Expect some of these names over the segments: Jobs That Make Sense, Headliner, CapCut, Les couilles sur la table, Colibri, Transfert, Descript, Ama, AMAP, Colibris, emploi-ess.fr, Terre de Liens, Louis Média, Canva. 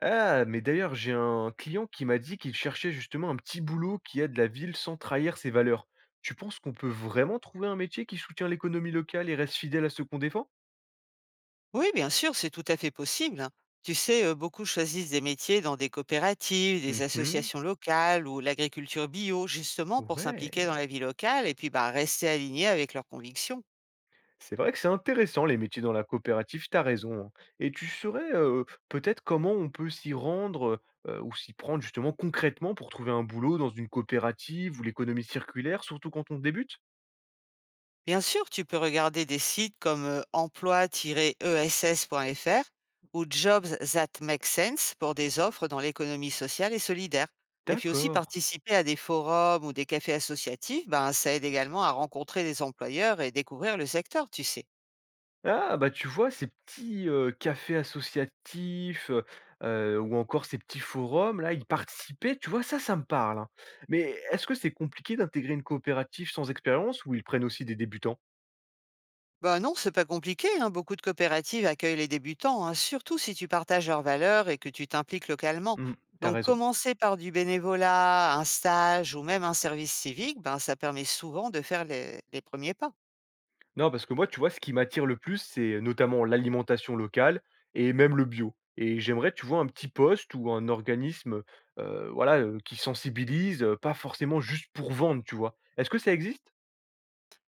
Ah, mais d'ailleurs, j'ai un client qui m'a dit qu'il cherchait justement un petit boulot qui aide la ville sans trahir ses valeurs. Tu penses qu'on peut vraiment trouver un métier qui soutient l'économie locale et reste fidèle à ce qu'on défend? Oui, bien sûr, c'est tout à fait possible, hein. Tu sais, beaucoup choisissent des métiers dans des coopératives, des Mhm. associations locales ou l'agriculture bio, justement pour s'impliquer dans Ouais, la vie locale et puis bah, rester alignés avec leurs convictions. c'est vrai que c'est intéressant les métiers dans la coopérative, t'as raison, hein. Et tu saurais peut-être comment on peut s'y rendre, ou s'y prendre justement concrètement pour trouver un boulot dans une coopérative ou l'économie circulaire, surtout quand on débute? Bien sûr, tu peux regarder des sites comme emploi-ess.fr ou Jobs That Make Sense pour des offres dans l'économie sociale et solidaire. Et puis aussi D'accord. participer à des forums ou des cafés associatifs, ben, ça aide également à rencontrer des employeurs et découvrir le secteur, tu sais. Ah bah, tu vois, ces petits, cafés associatifs, ou encore ces petits forums-là, ils participaient, tu vois? Ça me parle, hein. Mais est-ce que c'est compliqué d'intégrer une coopérative sans expérience ou ils prennent aussi des débutants? Bah non, c'est pas compliqué, hein. Beaucoup de coopératives accueillent les débutants, hein, surtout si tu partages leurs valeurs et que tu t'impliques localement. Mmh, tu Donc, raison. commencer par du bénévolat, un stage ou même un service civique, ben, ça permet souvent de faire les premiers pas. Non, parce que moi, tu vois, ce qui m'attire le plus, c'est notamment l'alimentation locale et même le bio. Et j'aimerais, tu vois, un petit poste ou un organisme, voilà, qui sensibilise, pas forcément juste pour vendre, tu vois? Est-ce que ça existe?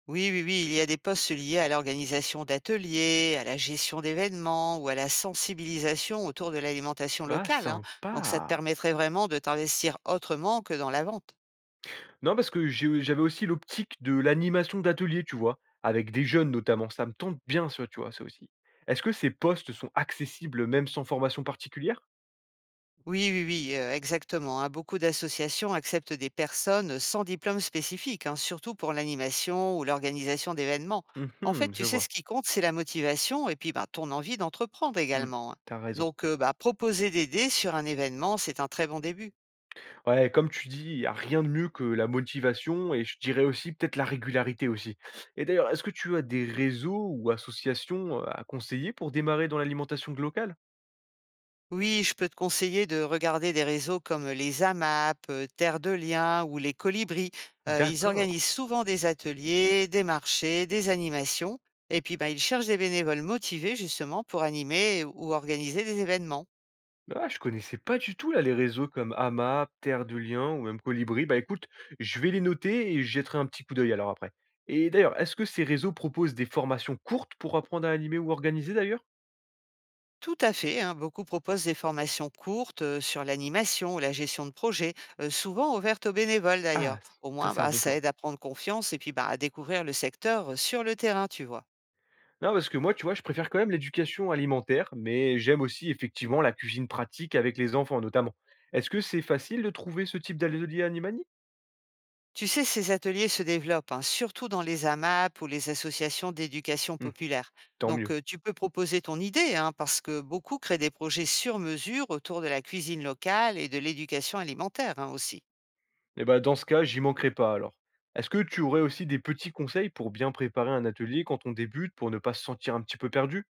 Oui, oui, oui, il y a des postes liés à l'organisation d'ateliers, à la gestion d'événements ou à la sensibilisation autour de l'alimentation Ah, locale, hein. Donc, ça te sympa! permettrait vraiment de t'investir autrement que dans la vente. Non, parce que j'avais aussi l'optique de l'animation d'atelier, tu vois? Avec des jeunes notamment, ça me tente bien ça, tu vois, ça aussi. Est-ce que ces postes sont accessibles même sans formation particulière? Oui, oui, oui, exactement, hein. Beaucoup d'associations acceptent des personnes sans diplôme spécifique, hein, surtout pour l'animation ou l'organisation d'événements. En fait, Mmh, tu je sais, ce vois. qui compte, c'est la motivation et puis, ben, ton envie d'entreprendre Mmh, également, hein. tu raison. Donc, bah, proposer d'aider sur un événement, c'est un très bon début. Ouais, comme tu dis, il y a rien de mieux que la motivation et je dirais aussi peut-être la régularité aussi. Et d'ailleurs, est-ce que tu as des réseaux ou associations, à conseiller pour démarrer dans l'alimentation locale? Oui, je peux te conseiller de regarder des réseaux comme les AMAP, Terre de Liens ou les Colibris. Ils D'accord. organisent souvent des ateliers, des marchés, des animations. Et puis, bah, ils cherchent des bénévoles motivés justement pour animer ou organiser des événements. Ah, je connaissais pas du tout là les réseaux comme Ama, Terre de Liens ou même Colibri. Bah écoute, je vais les noter et je jetterai un petit coup d'œil alors après. Et d'ailleurs, est-ce que ces réseaux proposent des formations courtes pour apprendre à animer ou organiser d'ailleurs? Tout à fait, hein. Beaucoup proposent des formations courtes sur l'animation ou la gestion de projet, souvent ouvertes aux bénévoles d'ailleurs. Ah, Au ça moins, c'est un bah, bon ça plan. aide à prendre confiance et puis bah, à découvrir le secteur sur le terrain, tu vois. Non, parce que moi, tu vois, je préfère quand même l'éducation alimentaire, mais j'aime aussi effectivement la cuisine pratique avec les enfants notamment. Est-ce que c'est facile de trouver ce type d'atelier animani? Tu sais, ces ateliers se développent, hein, surtout dans les AMAP ou les associations d'éducation Hmm, populaire. tant Donc, mieux. Tu peux proposer ton idée, hein, parce que beaucoup créent des projets sur mesure autour de la cuisine locale et de l'éducation alimentaire, hein, aussi. Et bah, dans ce cas, j'y manquerai pas alors. Est-ce que tu aurais aussi des petits conseils pour bien préparer un atelier quand on débute, pour ne pas se sentir un petit peu perdu?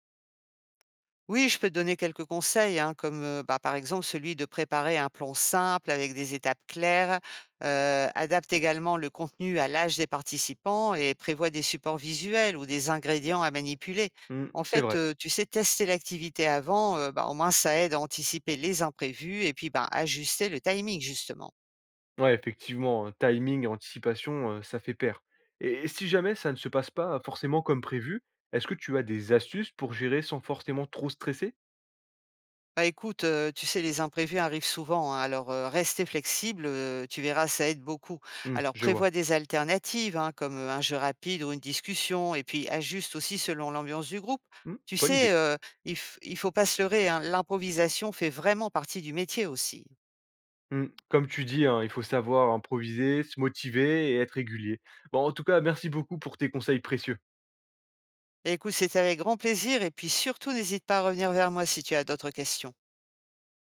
Oui, je peux te donner quelques conseils, hein, comme bah, par exemple celui de préparer un plan simple avec des étapes claires. Adapte également le contenu à l'âge des participants et prévoit des supports visuels ou des ingrédients à manipuler. Hmm, En c'est fait, vrai. Tu sais, tester l'activité avant, bah, au moins ça aide à anticiper les imprévus et puis bah, ajuster le timing justement. Ouais, effectivement, hein, timing et anticipation, ça fait pair. Et, si jamais ça ne se passe pas forcément comme prévu, est-ce que tu as des astuces pour gérer sans forcément trop stresser? Bah, écoute, tu sais, les imprévus arrivent souvent, hein, alors, rester flexible, tu verras, ça aide beaucoup. Hmm, Alors, je prévois vois. des alternatives, hein, comme, un jeu rapide ou une discussion et puis ajuste aussi selon l'ambiance du groupe. Hmm, Tu bonne sais, idée. Il faut pas se leurrer, hein, l'improvisation fait vraiment partie du métier aussi. Hmm, comme tu dis, hein, il faut savoir improviser, se motiver et être régulier. Bon, en tout cas, merci beaucoup pour tes conseils précieux. Bah, écoute, c'était avec grand plaisir et puis surtout n'hésite pas à revenir vers moi si tu as d'autres questions.